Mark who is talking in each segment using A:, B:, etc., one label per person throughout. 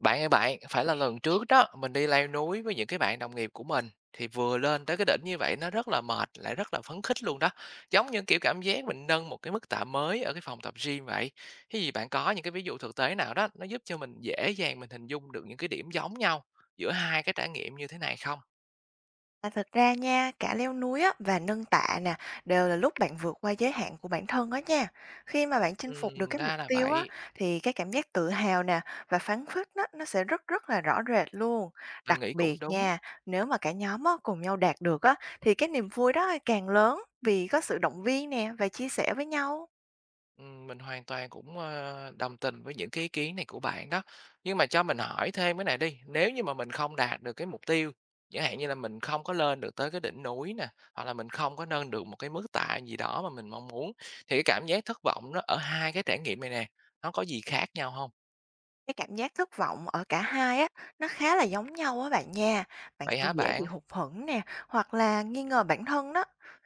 A: Bạn ơi bạn, phải là lần trước đó, mình đi leo núi với những cái bạn đồng nghiệp của mình thì vừa lên tới cái đỉnh như vậy nó rất là mệt lại rất là phấn khích luôn đó. Giống như kiểu cảm giác mình nâng một cái mức tạ mới ở cái phòng tập gym vậy. Thế gì bạn có những cái ví dụ thực tế nào đó nó giúp cho mình dễ dàng mình hình dung được những cái điểm giống nhau giữa hai cái trải nghiệm như thế này không?
B: À, thật ra nha, cả leo núi á, và nâng tạ nè, đều là lúc bạn vượt qua giới hạn của bản thân đó nha. Khi mà bạn chinh phục được cái mục
A: Ra là
B: tiêu á,
A: vậy,
B: thì cái cảm giác tự hào nè và phấn khích nó sẽ rất rất là rõ rệt luôn.
A: mình
B: Đặc
A: nghĩ cũng
B: biệt
A: đúng.
B: nha, nếu mà cả nhóm á, cùng nhau đạt được á, thì cái niềm vui đó càng lớn vì có sự động viên nè và chia sẻ với nhau.
A: Mình hoàn toàn cũng, đồng tình với những cái ý kiến này của bạn đó. Nhưng mà cho mình hỏi thêm cái này đi, nếu như mà mình không đạt được cái mục tiêu, chẳng hạn như là mình không có lên được tới cái đỉnh núi nè, hoặc là mình không có nâng được một cái mức tạ gì đó mà mình mong muốn, thì cái cảm giác thất vọng nó ở hai cái trải nghiệm này nè, nó có gì khác nhau không?
B: Cái cảm giác thất vọng ở cả hai á, nó khá là giống nhau á bạn nha. Bạn
A: Vậy
B: sẽ
A: hả
B: dễ bị
A: bạn?
B: hụt hẫng nè, hoặc là nghi ngờ bản thân đó.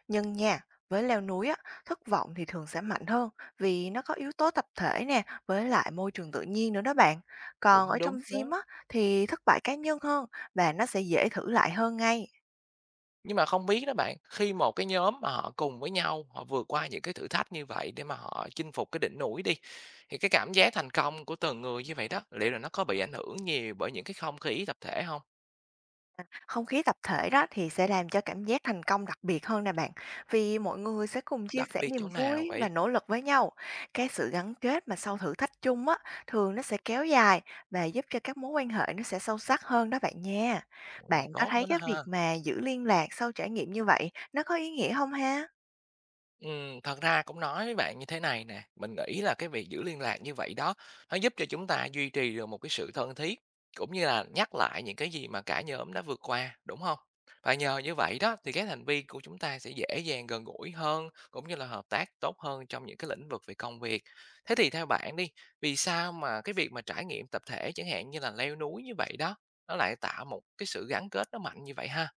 B: Nhưng nha, với leo núi á, thất vọng thì thường sẽ mạnh hơn vì nó có yếu tố tập thể nè, với lại môi trường tự nhiên nữa đó bạn. Còn ở
A: Cũng
B: trong
A: đúng
B: gym
A: đó.
B: á, thì thất bại cá nhân hơn và nó sẽ dễ thử lại hơn ngay.
A: Nhưng mà không biết đó bạn, khi một cái nhóm mà họ cùng với nhau, họ vượt qua những cái thử thách như vậy để mà họ chinh phục cái đỉnh núi đi, thì cái cảm giác thành công của từng người như vậy đó, liệu là nó có bị ảnh hưởng nhiều bởi những cái không khí tập thể không?
B: Không khí tập thể đó thì sẽ làm cho cảm giác thành công đặc biệt hơn nè bạn, vì mọi người sẽ cùng chia
A: Đặc
B: sẻ
A: biệt
B: niềm
A: chỗ nào
B: vui và
A: vậy?
B: nỗ lực với nhau. Cái sự gắn kết mà sau thử thách chung á, thường nó sẽ kéo dài và giúp cho các mối quan hệ nó sẽ sâu sắc hơn đó bạn nha. Bạn
A: Ồ,
B: có
A: tốt
B: thấy
A: quá đó
B: cái việc
A: ha!
B: mà giữ liên lạc sau trải nghiệm như vậy nó có ý nghĩa không ha?
A: Thật ra cũng nói với bạn như thế này nè, mình nghĩ là cái việc giữ liên lạc như vậy đó, nó giúp cho chúng ta duy trì được một cái sự thân thiết, cũng như là nhắc lại những cái gì mà cả nhóm đã vượt qua, đúng không? Và nhờ như vậy đó thì các thành viên của chúng ta sẽ dễ dàng gần gũi hơn, cũng như là hợp tác tốt hơn trong những cái lĩnh vực về công việc. Thế thì theo bạn đi, vì sao mà cái việc mà trải nghiệm tập thể chẳng hạn như là leo núi như vậy đó, nó lại tạo một cái sự gắn kết nó mạnh như vậy ha?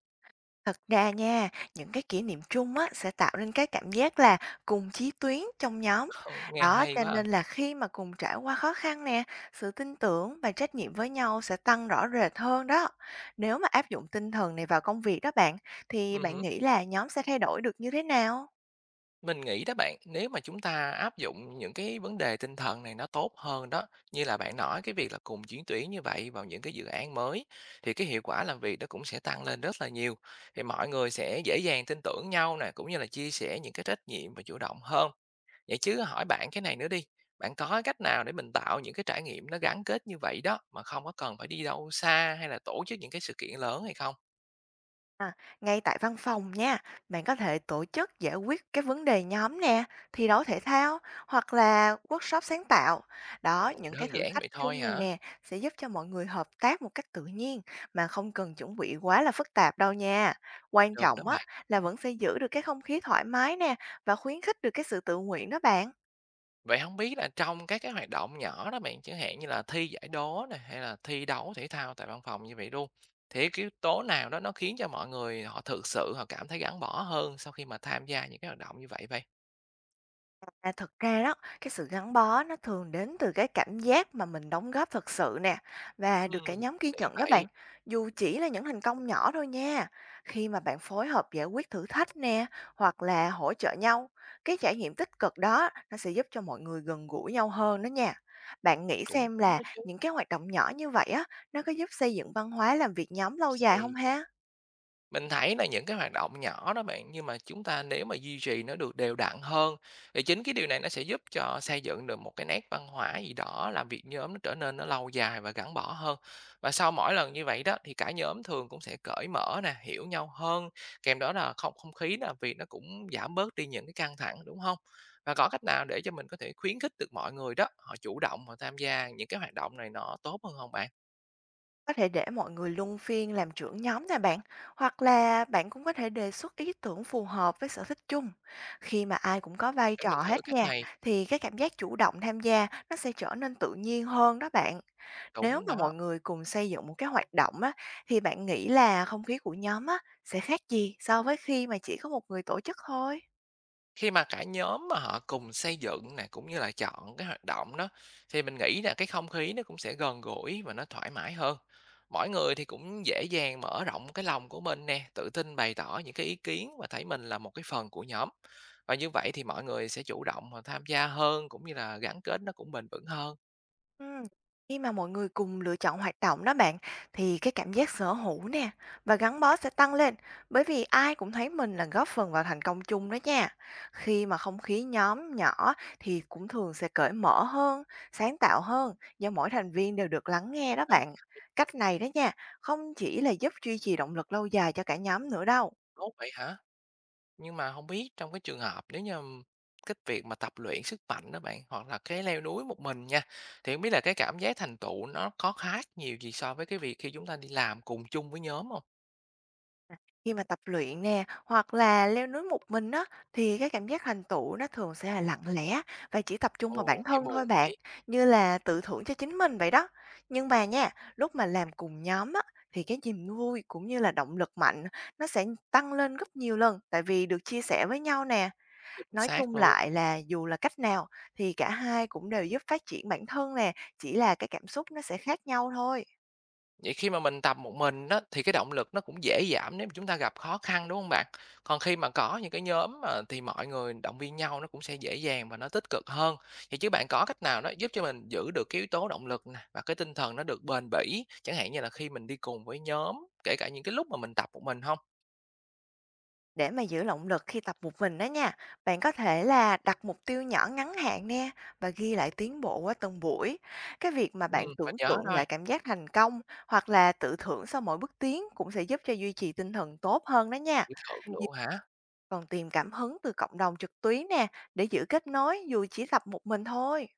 B: Thật ra nha, những cái kỷ niệm chung á sẽ tạo nên cái cảm giác là cùng chí tuyến trong nhóm.
A: Nghe
B: Đó,
A: hay
B: cho
A: quá à.
B: nên là khi mà cùng trải qua khó khăn nè, sự tin tưởng và trách nhiệm với nhau sẽ tăng rõ rệt hơn đó. Nếu mà áp dụng tinh thần này vào công việc đó bạn, thì bạn
A: Ừm.
B: nghĩ là nhóm sẽ thay đổi được như thế nào?
A: Mình nghĩ đó bạn, nếu mà chúng ta áp dụng những cái vấn đề tinh thần này nó tốt hơn đó, như là bạn nói cái việc là cùng chuyển tuyến như vậy vào những cái dự án mới thì cái hiệu quả làm việc nó cũng sẽ tăng lên rất là nhiều. Thì mọi người sẽ dễ dàng tin tưởng nhau nè, cũng như là chia sẻ những cái trách nhiệm và chủ động hơn. Vậy chứ hỏi bạn cái này nữa đi, bạn có cách nào để mình tạo những cái trải nghiệm nó gắn kết như vậy đó mà không có cần phải đi đâu xa hay là tổ chức những cái sự kiện lớn hay không?
B: À, ngay tại văn phòng nha, bạn có thể tổ chức giải quyết các vấn đề nhóm nè, thi đấu thể thao hoặc là workshop sáng tạo. Đó,
A: Ồ,
B: những cái
A: đơn
B: thử
A: giản
B: thách
A: vậy thôi
B: chung này
A: hả?
B: nè sẽ giúp cho mọi người hợp tác một cách tự nhiên mà không cần chuẩn bị quá là phức tạp đâu nha. Quan
A: Được đó.
B: trọng á là vẫn sẽ giữ được cái không khí thoải mái nè và khuyến khích được cái sự tự nguyện đó bạn.
A: Vậy không biết là trong các cái hoạt động nhỏ đó bạn, chẳng hạn như là thi giải đố này hay là thi đấu thể thao tại văn phòng như vậy luôn, thì cái yếu tố nào đó nó khiến cho mọi người họ thực sự họ cảm thấy gắn bó hơn sau khi mà tham gia những cái hoạt động như vậy vậy?
B: À, thật ra đó, cái sự gắn bó nó thường đến từ cái cảm giác mà mình đóng góp thật sự nè và được cả nhóm
A: Cũng
B: ghi
A: nghĩ
B: nhận đó bạn.
A: vậy.
B: Dù chỉ là những thành công nhỏ thôi nha. Khi mà bạn phối hợp giải quyết thử thách nè hoặc là hỗ trợ nhau, cái trải nghiệm tích cực đó nó sẽ giúp cho mọi người gần gũi nhau hơn đó nha. Bạn nghĩ
A: Cũng
B: xem
A: đúng
B: là
A: đó chứ.
B: những cái hoạt động nhỏ như vậy á, nó có giúp xây dựng văn hóa làm việc nhóm lâu dài không ha?
A: Mình thấy là những cái hoạt động nhỏ đó bạn, nhưng mà chúng ta nếu mà duy trì nó được đều đặn hơn, thì chính cái điều này nó sẽ giúp cho xây dựng được một cái nét văn hóa gì đó, làm việc nhóm nó trở nên nó lâu dài và gắn bó hơn. Và sau mỗi lần như vậy đó thì cả nhóm thường cũng sẽ cởi mở nè, hiểu nhau hơn, kèm đó là không không khí làm việc nó cũng giảm bớt đi những cái căng thẳng, đúng không? Và có cách nào để cho mình có thể khuyến khích được mọi người đó, họ chủ động họ tham gia những cái hoạt động này nó tốt hơn không bạn?
B: Có thể để mọi người luân phiên làm trưởng nhóm nè bạn, hoặc là bạn cũng có thể đề xuất ý tưởng phù hợp với sở thích chung. Khi mà ai cũng có vai
A: Để mình
B: trò
A: thử
B: hết
A: cách
B: nha,
A: này.
B: thì cái cảm giác chủ động tham gia nó sẽ trở nên tự nhiên hơn đó bạn. Nếu
A: Đúng
B: mà
A: đó.
B: mọi người cùng xây dựng một cái hoạt động á, thì bạn nghĩ là không khí của nhóm á, sẽ khác gì so với khi mà chỉ có một người tổ chức thôi?
A: Khi mà cả nhóm mà họ cùng xây dựng nè, cũng như là chọn cái hoạt động đó, thì mình nghĩ là cái không khí nó cũng sẽ gần gũi và nó thoải mái hơn. Mỗi người thì cũng dễ dàng mở rộng cái lòng của mình nè, tự tin bày tỏ những cái ý kiến và thấy mình là một cái phần của nhóm. Và như vậy thì mọi người sẽ chủ động và tham gia hơn cũng như là gắn kết nó cũng bền vững hơn.
B: Ừm, khi mà mọi người cùng lựa chọn hoạt động đó bạn thì cái cảm giác sở hữu nè và gắn bó sẽ tăng lên, bởi vì ai cũng thấy mình là góp phần vào thành công chung đó nha. Khi mà không khí nhóm nhỏ thì cũng thường sẽ cởi mở hơn, sáng tạo hơn do mỗi thành viên đều được lắng nghe đó
A: Đấy,
B: bạn. Cách này đó nha, không chỉ là giúp duy trì động lực lâu dài cho cả nhóm nữa đâu.
A: tốt vậy hả? Nhưng mà không biết trong cái trường hợp nếu như cái việc mà tập luyện sức mạnh đó bạn, hoặc là cái leo núi một mình nha, thì không biết là cái cảm giác thành tựu nó có khác nhiều gì so với cái việc khi chúng ta đi làm cùng chung với nhóm không?
B: Khi mà tập luyện nè, hoặc là leo núi một mình á, thì cái cảm giác thành tựu nó thường sẽ là lặng lẽ và chỉ tập trung vào bản
A: Ồ. Cái
B: thân thôi
A: buồn
B: bạn,
A: ý,
B: như là tự thưởng cho chính mình vậy đó. Nhưng mà nha, lúc mà làm cùng nhóm á, thì cái niềm vui cũng như là động lực mạnh nó sẽ tăng lên gấp nhiều lần tại vì được chia sẻ với nhau nè.
A: chính
B: Nói
A: xác
B: chung
A: luôn.
B: lại là dù là cách nào thì cả hai cũng đều giúp phát triển bản thân nè, chỉ là cái cảm xúc nó sẽ khác nhau thôi.
A: Vậy khi mà mình tập một mình đó thì cái động lực nó cũng dễ giảm nếu mà chúng ta gặp khó khăn, đúng không bạn? Còn khi mà có những cái nhóm mà thì mọi người động viên nhau nó cũng sẽ dễ dàng và nó tích cực hơn. Vậy chứ bạn có cách nào đó giúp cho mình giữ được cái yếu tố động lực nè, và cái tinh thần nó được bền bỉ, chẳng hạn như là khi mình đi cùng với nhóm, kể cả những cái lúc mà mình tập một mình không?
B: Để mà giữ động lực khi tập một mình đó nha, bạn có thể là đặt mục tiêu nhỏ ngắn hạn nè và ghi lại tiến bộ qua từng buổi. Cái việc mà
A: Ừm,
B: bạn
A: mình
B: tưởng
A: nhớ
B: tượng
A: rồi.
B: lại cảm giác thành công hoặc là tự thưởng sau mỗi bước tiến cũng sẽ giúp cho duy trì tinh thần tốt hơn đó nha.
A: Thử thưởng
B: Nhiều-
A: luôn hả?
B: Còn tìm cảm hứng từ cộng đồng trực tuyến nè để giữ kết nối dù chỉ tập một mình thôi.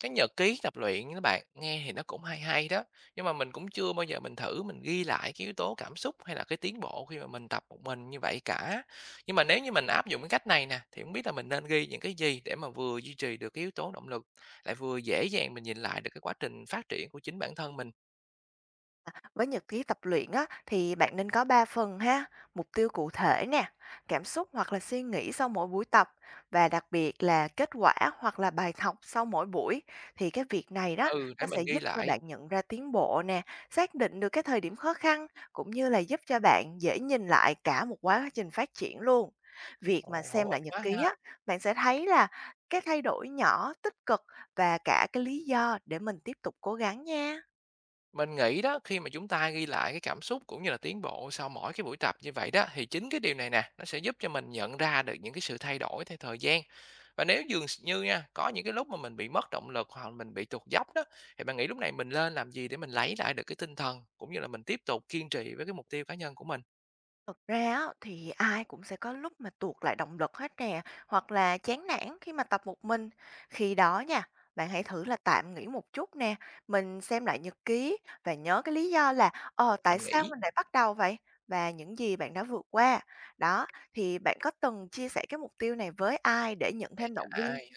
A: Cái nhật ký tập luyện các bạn, nghe thì nó cũng hay hay đó, nhưng mà mình cũng chưa bao giờ mình thử mình ghi lại cái yếu tố cảm xúc hay là cái tiến bộ khi mà mình tập một mình như vậy cả. Nhưng mà nếu như mình áp dụng cái cách này nè, thì không biết là mình nên ghi những cái gì để mà vừa duy trì được cái yếu tố động lực, lại vừa dễ dàng mình nhìn lại được cái quá trình phát triển của chính bản thân mình.
B: Với nhật ký tập luyện á, thì bạn nên có 3 phần ha: mục tiêu cụ thể nè, cảm xúc hoặc là suy nghĩ sau mỗi buổi tập, và đặc biệt là kết quả hoặc là bài học sau mỗi buổi. Thì cái việc này đó,
A: Ừ,
B: nó
A: để
B: sẽ
A: mình ghi
B: giúp cho
A: lại.
B: bạn nhận ra tiến bộ nè, xác định được cái thời điểm khó khăn, cũng như là giúp cho bạn dễ nhìn lại cả một quá trình phát triển luôn. Việc mà
A: Ồ, hữu
B: xem lại
A: ích
B: nhật
A: quá
B: ký
A: ha.
B: á, bạn sẽ thấy là cái thay đổi nhỏ, tích cực và cả cái lý do để mình tiếp tục cố gắng nha.
A: Mình nghĩ đó, khi mà chúng ta ghi lại cái cảm xúc cũng như là tiến bộ sau mỗi cái buổi tập như vậy đó, thì chính cái điều này nè, nó sẽ giúp cho mình nhận ra được những cái sự thay đổi theo thời gian. Và nếu dường như nha, có những cái lúc mà mình bị mất động lực hoặc là mình bị tụt dốc đó, thì bạn nghĩ lúc này mình lên làm gì để mình lấy lại được cái tinh thần cũng như là mình tiếp tục kiên trì với cái mục tiêu cá nhân của mình.
B: Thực ra á, thì ai cũng sẽ có lúc mà tuột lại động lực hết nè, hoặc là chán nản khi mà tập một mình. Khi đó nha, bạn hãy thử là tạm nghỉ một chút nè, mình xem lại nhật ký và nhớ cái lý do là tại
A: Bạn
B: sao
A: nghĩ
B: mình lại bắt đầu vậy và những gì bạn đã vượt qua. Đó, thì bạn có từng chia sẻ cái mục tiêu này với ai để nhận thêm động viên?
A: ai?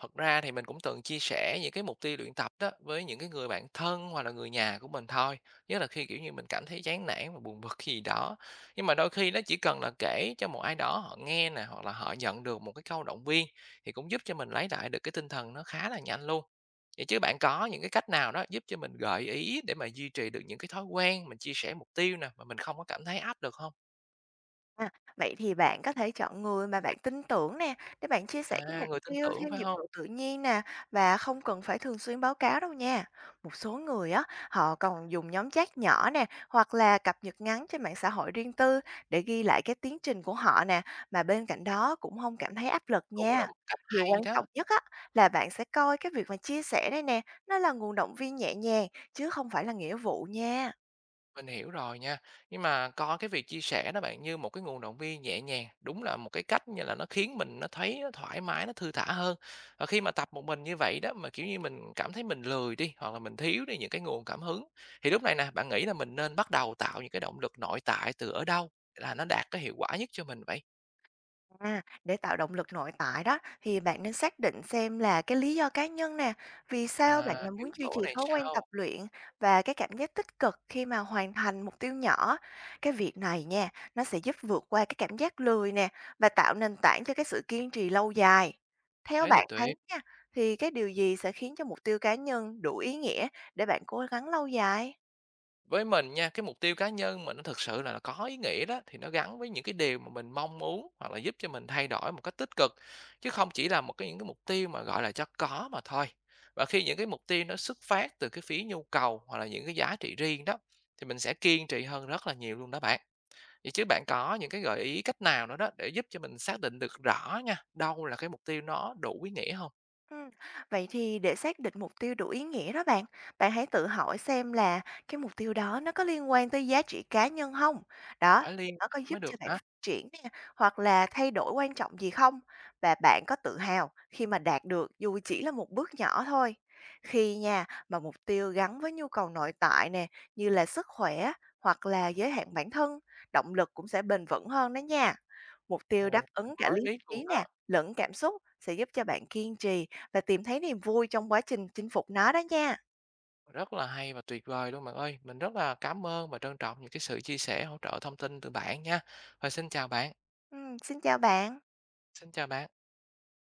A: Thật ra thì mình cũng từng chia sẻ những cái mục tiêu luyện tập đó với những cái người bạn thân hoặc là người nhà của mình thôi. Nhất là khi kiểu như mình cảm thấy chán nản và buồn bực gì đó. Nhưng mà đôi khi nó chỉ cần là kể cho một ai đó họ nghe nè hoặc là họ nhận được một cái câu động viên thì cũng giúp cho mình lấy lại được cái tinh thần nó khá là nhanh luôn. Vậy chứ bạn có những cái cách nào đó giúp cho mình gợi ý để mà duy trì được những cái thói quen mình chia sẻ mục tiêu nè mà mình không có cảm thấy áp lực không?
B: À, vậy thì bạn có thể chọn người mà bạn tin tưởng nè, để bạn chia sẻ cái
A: À,
B: mục
A: người tin
B: tiêu
A: tưởng
B: theo
A: phải
B: nhịp độ
A: không?
B: tự nhiên nè và không cần phải thường xuyên báo cáo đâu nha. Một số người á, họ còn dùng nhóm chat nhỏ nè hoặc là cập nhật ngắn trên mạng xã hội riêng tư để ghi lại cái tiến trình của họ nè, mà bên cạnh đó cũng không cảm thấy áp lực
A: Cũng là
B: nha.
A: một cách
B: Điều quan
A: hay
B: trọng
A: đó.
B: nhất á là bạn sẽ coi cái việc mà chia sẻ đây nè, nó là nguồn động viên nhẹ nhàng chứ không phải là nghĩa vụ nha.
A: Mình hiểu rồi nha. Nhưng mà coi cái việc chia sẻ đó bạn như một cái nguồn động viên nhẹ nhàng, đúng là một cái cách như là nó khiến mình nó thấy nó thoải mái, nó thư thả hơn. Và khi mà tập một mình như vậy đó mà kiểu như mình cảm thấy mình lười đi hoặc là mình thiếu đi những cái nguồn cảm hứng thì lúc này nè, bạn nghĩ là mình nên bắt đầu tạo những cái động lực nội tại từ ở đâu là nó đạt cái hiệu quả nhất cho mình vậy?
B: À, để tạo động lực nội tại đó thì bạn nên xác định xem là cái lý do cá nhân nè, vì sao bạn
A: À,
B: lại muốn
A: yếu
B: duy trì
A: tố này
B: thói quen tập
A: sao?
B: luyện và cái cảm giác tích cực khi mà hoàn thành mục tiêu nhỏ. Cái việc này nha, nó sẽ giúp vượt qua cái cảm giác lười nè và tạo nền tảng cho cái sự kiên trì lâu dài. Theo
A: Thế thì
B: bạn thấy
A: tuyệt.
B: nha, thì cái điều gì sẽ khiến cho mục tiêu cá nhân đủ ý nghĩa để bạn cố gắng lâu dài?
A: Với mình nha, cái mục tiêu cá nhân mình nó thực sự là nó có ý nghĩa đó, thì nó gắn với những cái điều mà mình mong muốn hoặc là giúp cho mình thay đổi một cách tích cực, chứ không chỉ là một cái những cái mục tiêu mà, gọi là, cho có mà thôi. Và khi những cái mục tiêu nó xuất phát từ cái phía nhu cầu hoặc là những cái giá trị riêng đó, thì mình sẽ kiên trì hơn rất là nhiều luôn đó bạn. Vậy chứ bạn có những cái gợi ý cách nào nữa đó để giúp cho mình xác định được rõ nha, đâu là cái mục tiêu nó đủ ý nghĩa không?
B: Ừm, vậy thì để xác định mục tiêu đủ ý nghĩa đó bạn, bạn hãy tự hỏi xem là cái mục tiêu đó nó có liên quan tới giá trị cá nhân không. Đó,
A: Phải
B: thì
A: liên
B: nó có giúp
A: mới
B: cho
A: được
B: bạn
A: hả?
B: phát triển nè, hoặc là thay đổi quan trọng gì không? Và bạn có tự hào khi mà đạt được dù chỉ là một bước nhỏ thôi. Khi nha, mà mục tiêu gắn với nhu cầu nội tại nè, như là sức khỏe hoặc là giới hạn bản thân, động lực cũng sẽ bền vững hơn đó nha. Mục tiêu đáp
A: Ồ,
B: ứng
A: mình
B: cả
A: mới
B: lý
A: biết luôn
B: trí nè,
A: đó.
B: lẫn cảm xúc sẽ giúp cho bạn kiên trì và tìm thấy niềm vui trong quá trình chinh phục nó đó nha.
A: Rất là hay và tuyệt vời luôn bạn ơi. Mình rất là cảm ơn và trân trọng những cái sự chia sẻ, hỗ trợ thông tin từ bạn nha. Và xin chào bạn,
B: Xin chào bạn.
A: xin chào bạn.